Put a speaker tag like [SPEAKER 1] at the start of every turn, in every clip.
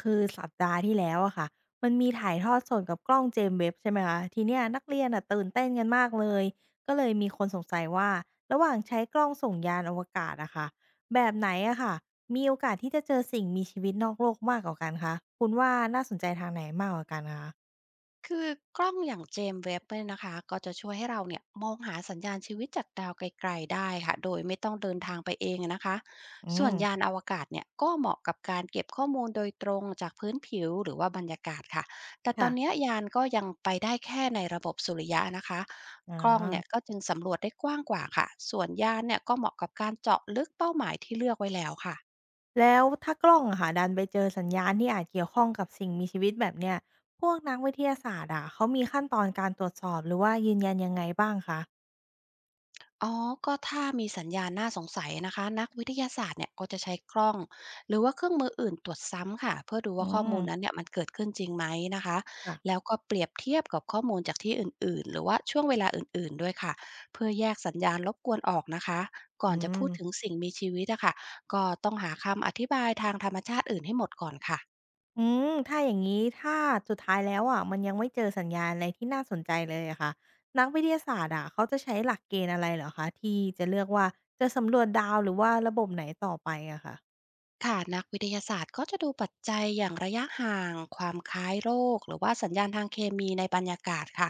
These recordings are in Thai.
[SPEAKER 1] คือสัปดาห์ที่แล้วอะค่ะมันมีถ่ายทอดสดกับกล้องเจมเว็บใช่ไหมคะทีเนี้ยนักเรียนอะตื่นเต้นกันมากเลยก็เลยมีคนสงสัยว่าระหว่างใช้กล้องส่งยานอวกาศอะค่ะแบบไหนอะค่ะมีโอกาสที่จะเจอสิ่งมีชีวิตนอกโลกมากกว่ากันคะคุณว่าน่าสนใจทางไหนมากกว่ากันคะ
[SPEAKER 2] คือกล้องอย่างเจม e s w e เนี่ยนะคะก็จะช่วยให้เราเนี่ยมองหาสัญญาณชีวิตจากดาวไกลๆได้ค่ะโดยไม่ต้องเดินทางไปเองนะคะ
[SPEAKER 1] อื
[SPEAKER 2] ส่ว
[SPEAKER 1] ม
[SPEAKER 2] นยานอวกาศเนี่ยก็เหมาะกับการเก็บข้อมูลโดยตรงจากพื้นผิวหรือว่าบรรยากาศค่ะแต่ต
[SPEAKER 1] ค่ะ
[SPEAKER 2] อนเนี้ยยานก็ยังไปได้แค่ในระบบสุริยะนะคะ
[SPEAKER 1] อ
[SPEAKER 2] กล้องเนี่ยก็
[SPEAKER 1] อ
[SPEAKER 2] จึงสำรวจได้กว้างกว่าค่ะส่วนยานเนี่ยก็เหมาะกับการเจาะลึกเป้าหมายที่เลือกไว้แล้วค่ะ
[SPEAKER 1] แล้วถ้ากล้องอะค่ะดันไปเจอสัญญาณที่อาจเกี่ยวข้องกับสิ่งมีชีวิตแบบเนี้ยพวกนักวิทยาศาสตร์อะเขามีขั้นตอนการตรวจสอบหรือว่ายืนยันยังไงบ้างคะ
[SPEAKER 2] อ๋อก็ถ้ามีสัญญาณน่าสงสัยนะคะนักวิทยาศาสตร์เนี่ยก็จะใช้กล้องหรือว่าเครื่องมืออื่นตรวจซ้ำค่ะเพื่อดู
[SPEAKER 1] อื
[SPEAKER 2] ว่าข้อ
[SPEAKER 1] ม
[SPEAKER 2] มูลนั้นเนี่ยมันเกิดขึ้นจริงไหมนะคะ
[SPEAKER 1] ค่ะ
[SPEAKER 2] แล้วก็เปรียบเทียบกับข้อมูลจากที่อื่นๆหรือว่าช่วงเวลาอื่นๆด้วยค่ะเพื่อแยกสัญญาณรบกวนออกนะคะ
[SPEAKER 1] อื
[SPEAKER 2] ก่อนจะพู
[SPEAKER 1] ม
[SPEAKER 2] ดถึงสิ่งมีชีวิตอะค่ะก็ต้องหาคำอธิบายทางธรรมชาติอื่นให้หมดก่อนค่ะ
[SPEAKER 1] อืถ้าอย่างนี้ถ้าสุดท้ายแล้วอะมันยังไม่เจอสัญญาณอะไรที่น่าสนใจเลยอะค่ะนักวิทยาศาสตร์อะเขาจะใช้หลักเกณฑ์อะไรเหรอคะที่จะเลือกว่าจะสำรวจดาวหรือว่าระบบไหนต่อไปอะค่ะ
[SPEAKER 2] ค่ะนักวิทยาศาสตร์ก็จะดูปัจจัยอย่างระยะห่างความคล้ายโรคหรือว่าสัญญาณทางเคมีในบรรยากาศค่ะ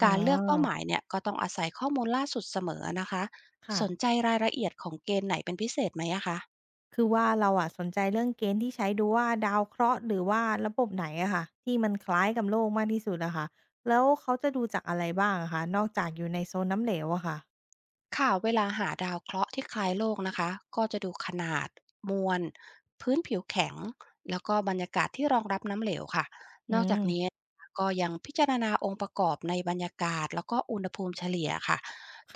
[SPEAKER 1] อ๋อ
[SPEAKER 2] การเลือกเป้าหมายเนี่ยก็ต้องอาศัยข้อมูลล่าสุดเสมอนะคะ
[SPEAKER 1] ค่ะ
[SPEAKER 2] สนใจรายละเอียดของเกณฑ์ไหนเป็นพิเศษไหมอะคะ
[SPEAKER 1] คือว่าเราอะสนใจเรื่องเกณฑ์ที่ใช้ดูว่าดาวเคราะห์หรือว่าระบบไหนอะค่ะที่มันคล้ายกับโลกมากที่สุดอะค่ะแล้วเขาจะดูจากอะไรบ้างอะคะนอกจากอยู่ในโซนน้ำเหลวอะค่ะ
[SPEAKER 2] ค่ะเวลาหาดาวเคราะห์ที่คล้ายโลกนะคะก็จะดูขนาดมวลพื้นผิวแข็งแล้วก็บรรยากาศที่รองรับน้ำเหลวค่ะ
[SPEAKER 1] อื
[SPEAKER 2] นอกจา
[SPEAKER 1] ม
[SPEAKER 2] กนี้ก็ยังพิจารณาองค์ประกอบในบรรยากาศแล้วก็อุณหภูมิเฉลี่ยค่ะ
[SPEAKER 1] ค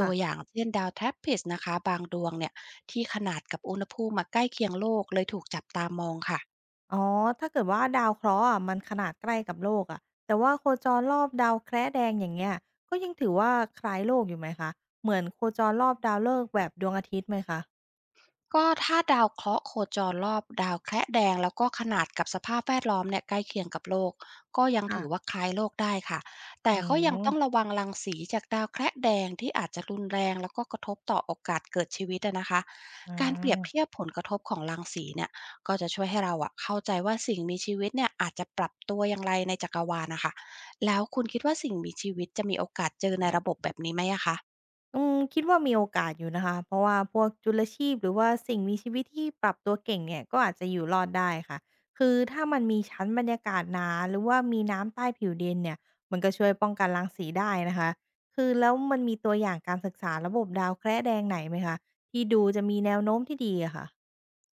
[SPEAKER 2] ตั
[SPEAKER 1] ่ะ
[SPEAKER 2] วอย่างเช่นดาวแทรปพิสต์นะคะบางดวงเนี่ยที่ขนาดกับอุณหภูมิมาใกล้เคียงโลกเลยถูกจับตามองค่ะ
[SPEAKER 1] อ๋อ ถ้าเกิดว่าดาวเคราะห์อะมันขนาดใกล้กับโลกอ่ะ แต่ว่าโคจรรอบดาวแคระแดงอย่างเงี้ย ก็ยังถือว่าคล้ายโลกอยู่ไหมคะ เหมือนโคจรรอบดาวฤกษ์แบบดวงอาทิตย์ไหมคะ
[SPEAKER 2] ก็ถ้าดาวเคราะห์โคจรรอบดาวแคระแดงแล้วก็ขนาดกับสภาพแวดล้อมเนี่ยใกล้เคียงกับโลกก็ยัง
[SPEAKER 1] ค่ะ
[SPEAKER 2] ถือว่าคล้ายโลกได้ค่ะแต่
[SPEAKER 1] อ๋อ
[SPEAKER 2] ก็ยังต้องระวังรังสีจากดาวแคระแดงที่อาจจะรุนแรงแล้วก็กระทบต่อโอกาสเกิดชีวิตอะนะคะ
[SPEAKER 1] อา
[SPEAKER 2] การเปรียบเทียบผลกระทบของรังสีเนี่ยก็จะช่วยให้เราอะเข้าใจว่าสิ่งมีชีวิตเนี่ยอาจจะปรับตัวอย่างไรในจักรวาลนะคะแล้วคุณคิดว่าสิ่งมีชีวิตจะมีโอกาสเจอในระบบแบบนี้ไหมอะคะ
[SPEAKER 1] อืมคิดว่ามีโอกาสอยู่นะคะเพราะว่าพวกจุลชีพหรือว่าสิ่งมีชีวิตที่ปรับตัวเก่งเนี่ยก็อาจจะอยู่รอดได้ค่ะคือถ้ามันมีชั้นบรรยากาศหนาหรือว่ามีน้ำใต้ผิวดินเนี่ยมันก็ช่วยป้องกันรังสีได้นะคะคือแล้วมันมีตัวอย่างการศึกษาระบบดาวแคระแดงไหนไหมคะที่ดูจะมีแนวโน้มที่ดีอะค่ะ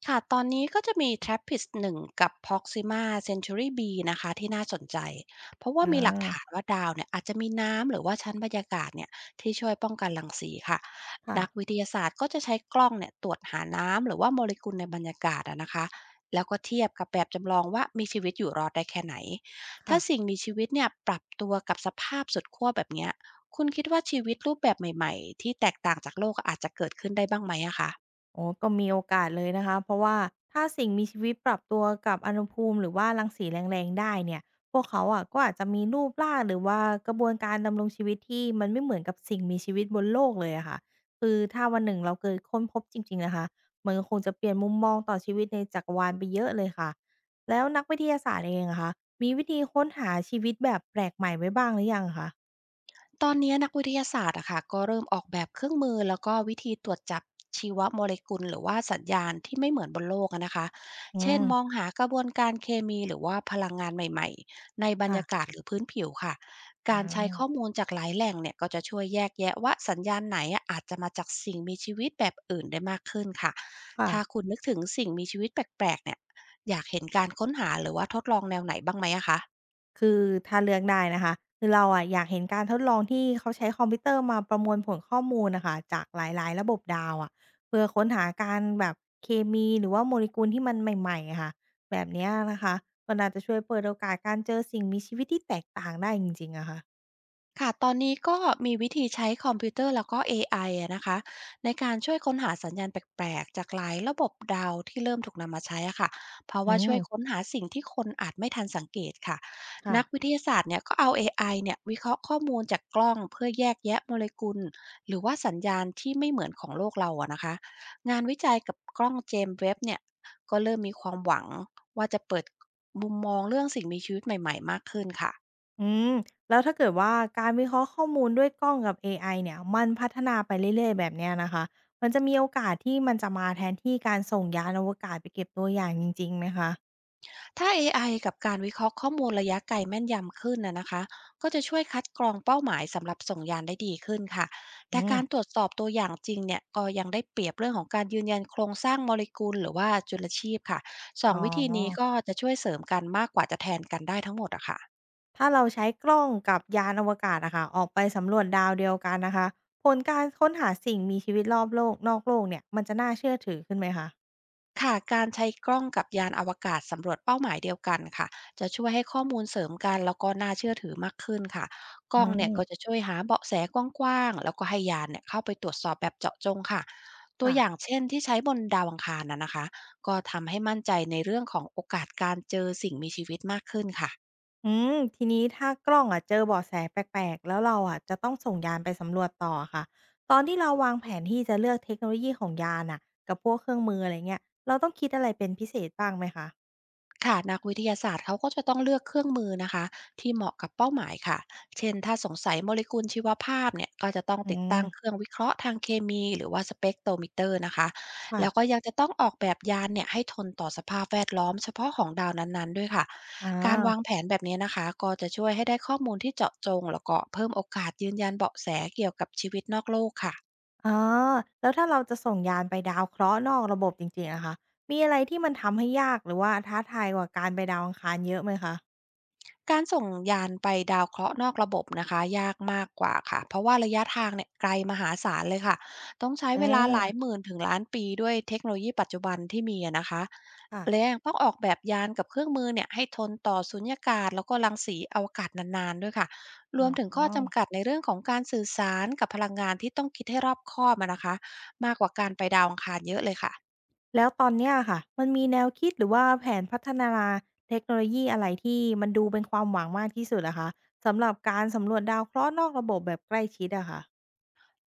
[SPEAKER 2] ค่ะตอนนี้ก็จะมี TRAPPIST 1กับ Proxima Centauri B นะคะที่น่าสนใจ เพราะว่า
[SPEAKER 1] อา
[SPEAKER 2] มีหลักฐานว่าดาวเนี่ยอาจจะมีน้ำหรือว่าชั้นบรรยากาศเนี่ยที่ช่วยป้องกันรังสีค่ะ
[SPEAKER 1] ค่ะ
[SPEAKER 2] นักวิทยาศาสตร์ก็จะใช้กล้องเนี่ยตรวจหาน้ำหรือว่าโมเลกุลในบรรยากาศอะนะคะแล้วก็เทียบกับแบบจำลองว่ามีชีวิตอยู่รอดได้แค่ไหน
[SPEAKER 1] ค่ะ
[SPEAKER 2] ถ้าสิ่งมีชีวิตเนี่ยปรับตัวกับสภาพสุดขั้วแบบเนี้ยคุณคิดว่าชีวิตรูปแบบใหม่ๆที่แตกต่างจากโลกอาจจะเกิดขึ้นได้บ้างไหมอะคะ
[SPEAKER 1] โอ้ก็มีโอกาสเลยนะคะเพราะว่าถ้าสิ่งมีชีวิตปรับตัวกับอุณหภูมิหรือว่ารังสีแรงๆได้เนี่ยพวกเขาอะก็อาจจะมีรูปร่างหรือว่ากระบวนการดำรงชีวิตที่มันไม่เหมือนกับสิ่งมีชีวิตบนโลกเลยอะค่ะคือถ้าวันหนึ่งเราเกิดค้นพบจริงๆนะคะมันก็คงจะเปลี่ยนมุมมองต่อชีวิตในจักรวาลไปเยอะเลยค่ะแล้วนักวิทยาศาสตร์เองอะคะมีวิธีค้นหาชีวิตแบบแปลกใหม่ไว้บ้างหรือยังคะ
[SPEAKER 2] ตอนนี้นักวิทยาศาสตร์อะค่ะก็เริ่มออกแบบเครื่องมือแล้วก็วิธีตรวจจับชีวโมเลกุลหรือว่าสัญญาณที่ไม่เหมือนบนโลกอะนะคะ
[SPEAKER 1] อื
[SPEAKER 2] เช่น
[SPEAKER 1] ม
[SPEAKER 2] มองหากระบวนการเคมีหรือว่าพลังงานใหม่ๆในบรร
[SPEAKER 1] ค่ะ
[SPEAKER 2] ยากาศหรือพื้นผิวค่ะ
[SPEAKER 1] อ่
[SPEAKER 2] การใช้ข้อ
[SPEAKER 1] า
[SPEAKER 2] มูลจากหลายแหล่งเนี่ยก็จะช่วยแยกแยะว่าสัญญาณไหนอะอาจจะมาจากสิ่งมีชีวิตแบบอื่นได้มากขึ้นค่ะ
[SPEAKER 1] ค่ะ
[SPEAKER 2] ถ้าคุณนึกถึงสิ่งมีชีวิตแปลกๆเนี่ยอยากเห็นการค้นหาหรือว่าทดลองแนวไหนบ้างไหมอะคะ
[SPEAKER 1] คือถ้าเลือกได้นะคะคือเราอะอยากเห็นการทดลองที่เขาใช้คอมพิวเตอร์มาประมวลผลข้อมูลนะคะจากหลายๆระบบดาวอะเพื่อค้นหาการแบบเคมีหรือว่าโมเลกุลที่มันใหม่ๆอะค่ะแบบเนี้ยนะคะมันอาจจะช่วยเปิดโอกาสการเจอสิ่งมีชีวิตที่แตกต่างได้จริงๆอะค่ะ
[SPEAKER 2] ค่ะตอนนี้ก็มีวิธีใช้คอมพิวเตอร์แล้วก็เอไออะนะคะในการช่วยค้นหาสัญญาณแปลกๆจากหลายระบบดาวที่เริ่มถูกนำมาใช้อะค่ะเพราะ
[SPEAKER 1] อื
[SPEAKER 2] ว่าช่
[SPEAKER 1] ม
[SPEAKER 2] วยค้นหาสิ่งที่คนอาจไม่ทันสังเกตค่ะ
[SPEAKER 1] ค่ะ
[SPEAKER 2] นักวิทยาศาสตร์เนี่ยก็เอาเอไอเนี่ยวิเคราะห์ข้อมูลจากกล้องเพื่อแยกแยะโมเลกุลหรือว่าสัญญาณที่ไม่เหมือนของโลกเราอะนะคะงานวิจัยกับกล้องเจมส์เว็บเนี่ยก็เริ่มมีความหวังว่าจะเปิดมุมมองเรื่องสิ่งมีชีวิตใหม่ๆมากขึ้นค่ะ
[SPEAKER 1] อืมแล้วถ้าเกิดว่าการวิเคราะห์ข้อมูลด้วยกล้องกับเอไอเนี่ยมันพัฒนาไปเรื่อยๆแบบเนี้ยนะคะมันจะมีโอกาสที่มันจะมาแทนที่การส่งยานอวกาศไปเก็บตัวอย่างจริงๆไหมคะ
[SPEAKER 2] ถ้าเอไอกับการวิเคราะห์ข้อมูลระยะไกลแม่นยำขึ้นนะคะก็จะช่วยคัดกรองเป้าหมายสำหรับส่งยานได้ดีขึ้นค่ะแต่
[SPEAKER 1] อืม
[SPEAKER 2] การตรวจสอบตัวอย่างจริงเนี่ยก็ยังได้เปรียบเรื่องของการยืนยันโครงสร้างโมเลกุลหรือว่าจุลชีพค่ะสอ
[SPEAKER 1] อ๋
[SPEAKER 2] งวิธีนี้
[SPEAKER 1] อ
[SPEAKER 2] ก็จะช่วยเสริมกันมากกว่าจะแทนกันได้ทั้งหมดอะค่ะ
[SPEAKER 1] ถ้าเราใช้กล้องกับยานอวกาศอะค่ะออกไปสำรวจดาวเดียวกันนะคะผลการค้นหาสิ่งมีชีวิตรอบโลกนอกโลกเนี่ยมันจะน่าเชื่อถือขึ้นไหมคะ
[SPEAKER 2] ค่ะการใช้กล้องกับยานอวกาศสำรวจเป้าหมายเดียวกันค่ะจะช่วยให้ข้อมูลเสริมกันแล้วก็น่าเชื่อถือมากขึ้นค่ะก
[SPEAKER 1] อื
[SPEAKER 2] ล้องเนี่ยก็จะ
[SPEAKER 1] ม
[SPEAKER 2] ช่วยหาเบาะแสกว้างๆแล้วก็ให้ยานเนี่ยเข้าไปตรวจสอบแบบเจาะจงค่ะตัว
[SPEAKER 1] ค่ะ
[SPEAKER 2] อย่างเช่นที่ใช้บนดาวอังคารนะคะก็ทำให้มั่นใจในเรื่องของโอกาสการเจอสิ่งมีชีวิตมากขึ้นค่ะ
[SPEAKER 1] อืมทีนี้ถ้ากล้องอะเจอเบาะแสแปลกๆแล้วเราอะจะต้องส่งยานไปสำรวจต่ออะค่ะตอนที่เราวางแผนที่จะเลือกเทคโนโลยีของยานน่ะกับพวกเครื่องมืออะไรเงี้ยเราต้องคิดอะไรเป็นพิเศษบ้างไหมคะ
[SPEAKER 2] ค่ะนักวิทยาศาสตร์เขาก็จะต้องเลือกเครื่องมือนะคะที่เหมาะกับเป้าหมายค่ะเช่นถ้าสงสัยโมเลกุลชีวภาพเนี่ยก็จะต้อง
[SPEAKER 1] อื
[SPEAKER 2] ติด
[SPEAKER 1] ม
[SPEAKER 2] ตั้งเครื่องวิเคราะห์ทางเคมีหรือว่าสเปกโทรมิเตอร์นะคะ
[SPEAKER 1] ค่ะ
[SPEAKER 2] แล้วก็ยังจะต้องออกแบบยานเนี่ยให้ทนต่อสภาพแวดล้อมเฉพาะของดาวนั้นๆด้วยค่ะ
[SPEAKER 1] อา
[SPEAKER 2] การวางแผนแบบนี้นะคะก็จะช่วยให้ได้ข้อมูลที่เจาะจงแล้วก็เพิ่มโอกาสยืนยันเบาะแสเกี่ยวกับชีวิตนอกโลกค่ะ
[SPEAKER 1] อ๋อแล้วถ้าเราจะส่งยานไปดาวเคราะห์นอกระบบจริงๆอะคะ มีอะไรที่มันทำให้ยากหรือว่าท้าทายกว่าการไปดาวอังคารเยอะไหมคะ
[SPEAKER 2] การส่งยานไปดาวเคราะห์นอกระบบนะคะยากมากกว่าค่ะเพราะว่าระยะทางเนี่ยไกลมหาศาลเลยค่ะต้องใช้
[SPEAKER 1] เออ
[SPEAKER 2] เวลาหลายหมื่นถึงล้านปีด้วยเทคโนโลยีปัจจุบันที่มีอะนะคะ
[SPEAKER 1] ค่ะ
[SPEAKER 2] และยังต้องออกแบบยานกับเครื่องมือเนี่ยให้ทนต่อสุญญากาศแล้วก็รังสีอวกาศนานๆด้วยค่ะร
[SPEAKER 1] อ๋
[SPEAKER 2] วมถึง
[SPEAKER 1] อ
[SPEAKER 2] ข้อจำกัดในเรื่องของการสื่อสารกับพลังงานที่ต้องคิดให้รอบคอบอะนะคะมากกว่าการไปดาวอังคารเยอะเลยค่ะ
[SPEAKER 1] แล้วตอนเนี้ยอะค่ะ มันมีแนวคิดหรือว่าแผนพัฒนาเทคโนโลยีอะไรที่มันดูเป็นความหวังมากที่สุดอะคะสำหรับการสำรวจดาวเคราะห์นอกระบบแบบใกล้ชิดอะค่ะ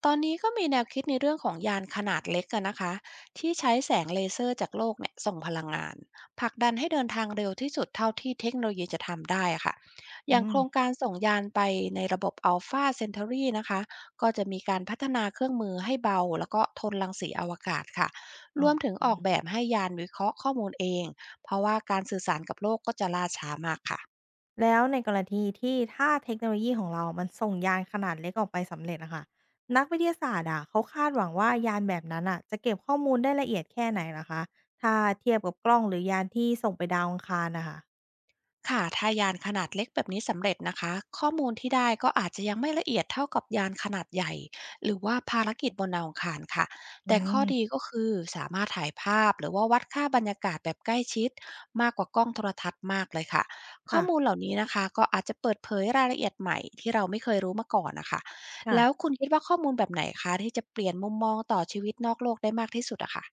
[SPEAKER 2] ตอนนี้ก็มีแนวคิดในเรื่องของยานขนาดเล็กกันนะคะที่ใช้แสงเลเซอร์จากโลกเนี่ยส่งพลังงานผลักดันให้เดินทางเร็วที่สุดเท่าที่เทคโนโลยีจะทำได้อะค่ะอ
[SPEAKER 1] อื
[SPEAKER 2] ย่างโค
[SPEAKER 1] ม
[SPEAKER 2] รงการส่งยานไปในระบบ Alpha Centauri นะคะก็จะมีการพัฒนาเครื่องมือให้เบาแล้วก็ทนรังสีอวกาศค่ะ
[SPEAKER 1] อ๋
[SPEAKER 2] รวมถึง
[SPEAKER 1] อ
[SPEAKER 2] ออกแบบให้ยานวิเคราะห์ข้อมูลเองเพราะว่าการสื่อสารกับโลกก็จะล่าช้ามากค่ะ
[SPEAKER 1] แล้วในกรณีที่ถ้าเทคโนโลยีของเรามันส่งยานขนาดเล็กออกไปสำเร็จอะค่ะนักวิทยาศาสตร์อะเขาคาดหวังว่ายานแบบนั้นอ่ะจะเก็บข้อมูลได้ละเอียดแค่ไหนนะคะถ้าเทียบกับกล้องหรือยานที่ส่งไปดาวอังคารนะคะ
[SPEAKER 2] ค่ะถ้ายานขนาดเล็กแบบนี้สำเร็จนะคะข้อมูลที่ได้ก็อาจจะยังไม่ละเอียดเท่ากับยานขนาดใหญ่หรือว่าภารกิจบนดาวอังคารค่ะ
[SPEAKER 1] อื
[SPEAKER 2] แต่ข้อดี
[SPEAKER 1] ม
[SPEAKER 2] ก็คือสามารถถ่ายภาพหรือว่าวัดค่าบรรยากาศแบบใกล้ชิดมากกว่ากล้องโทรทัศน์มากเลยค่ะข้อ
[SPEAKER 1] ค่ะ
[SPEAKER 2] มูลเหล่านี้นะคะก็อาจจะเปิดเผยรายละเอียดใหม่ที่เราไม่เคยรู้มาก่อนนะคะ
[SPEAKER 1] ค่ะ
[SPEAKER 2] แล้วคุณคิดว่าข้อมูลแบบไหนคะที่จะเปลี่ยนมุมมองต่อชีวิตนอกโลกได้มากที่สุดอะค่ะ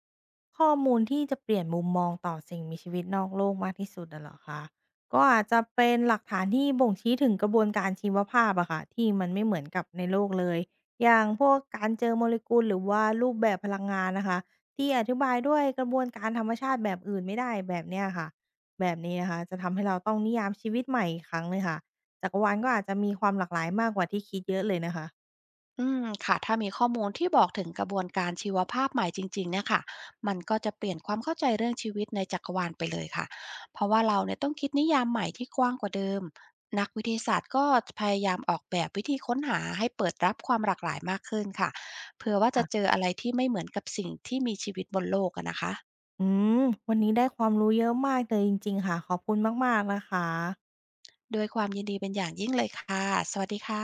[SPEAKER 1] ข้อมูลที่จะเปลี่ยนมุมมองต่อสิ่งมีชีวิตนอกโลกมากที่สุดอะเหรอคะก็อาจจะเป็นหลักฐานที่บ่งชี้ถึงกระบวนการชีวภาพอะค่ะที่มันไม่เหมือนกับในโลกเลยอย่างพวกการเจอโมเลกุลหรือว่ารูปแบบพลังงานนะคะที่อธิบายด้วยกระบวนการธรรมชาติแบบอื่นไม่ได้แบบเนี้ยค่ะแบบนี้นะคะจะทำให้เราต้องนิยามชีวิตใหม่อีกครั้งเลยค่ะจักรวาลก็อาจจะมีความหลากหลายมากกว่าที่คิดเยอะเลยนะคะ
[SPEAKER 2] อืมค่ะถ้ามีข้อมูลที่บอกถึงกระบวนการชีวภาพใหม่จริงๆเนี่ยค่ะมันก็จะเปลี่ยนความเข้าใจเรื่องชีวิตในจักรวาลไปเลยค่ะเพราะว่าเราเนี่ยต้องคิดนิยามใหม่ที่กว้างกว่าเดิมนักวิทยาศาสตร์ก็พยายามออกแบบวิธีค้นหาให้เปิดรับความหลากหลายมากขึ้นค่ะเผื่อว่าจะเจ
[SPEAKER 1] ค่ะ
[SPEAKER 2] ออะไรที่ไม่เหมือนกับสิ่งที่มีชีวิตบนโลกอะนะคะ
[SPEAKER 1] อืมวันนี้ได้ความรู้เยอะมากเลยจริงๆค่ะขอบคุณมากๆนะคะ
[SPEAKER 2] ด้วยความยินดีเป็นอย่างยิ่งเลยค่ะสวัสดีค่ะ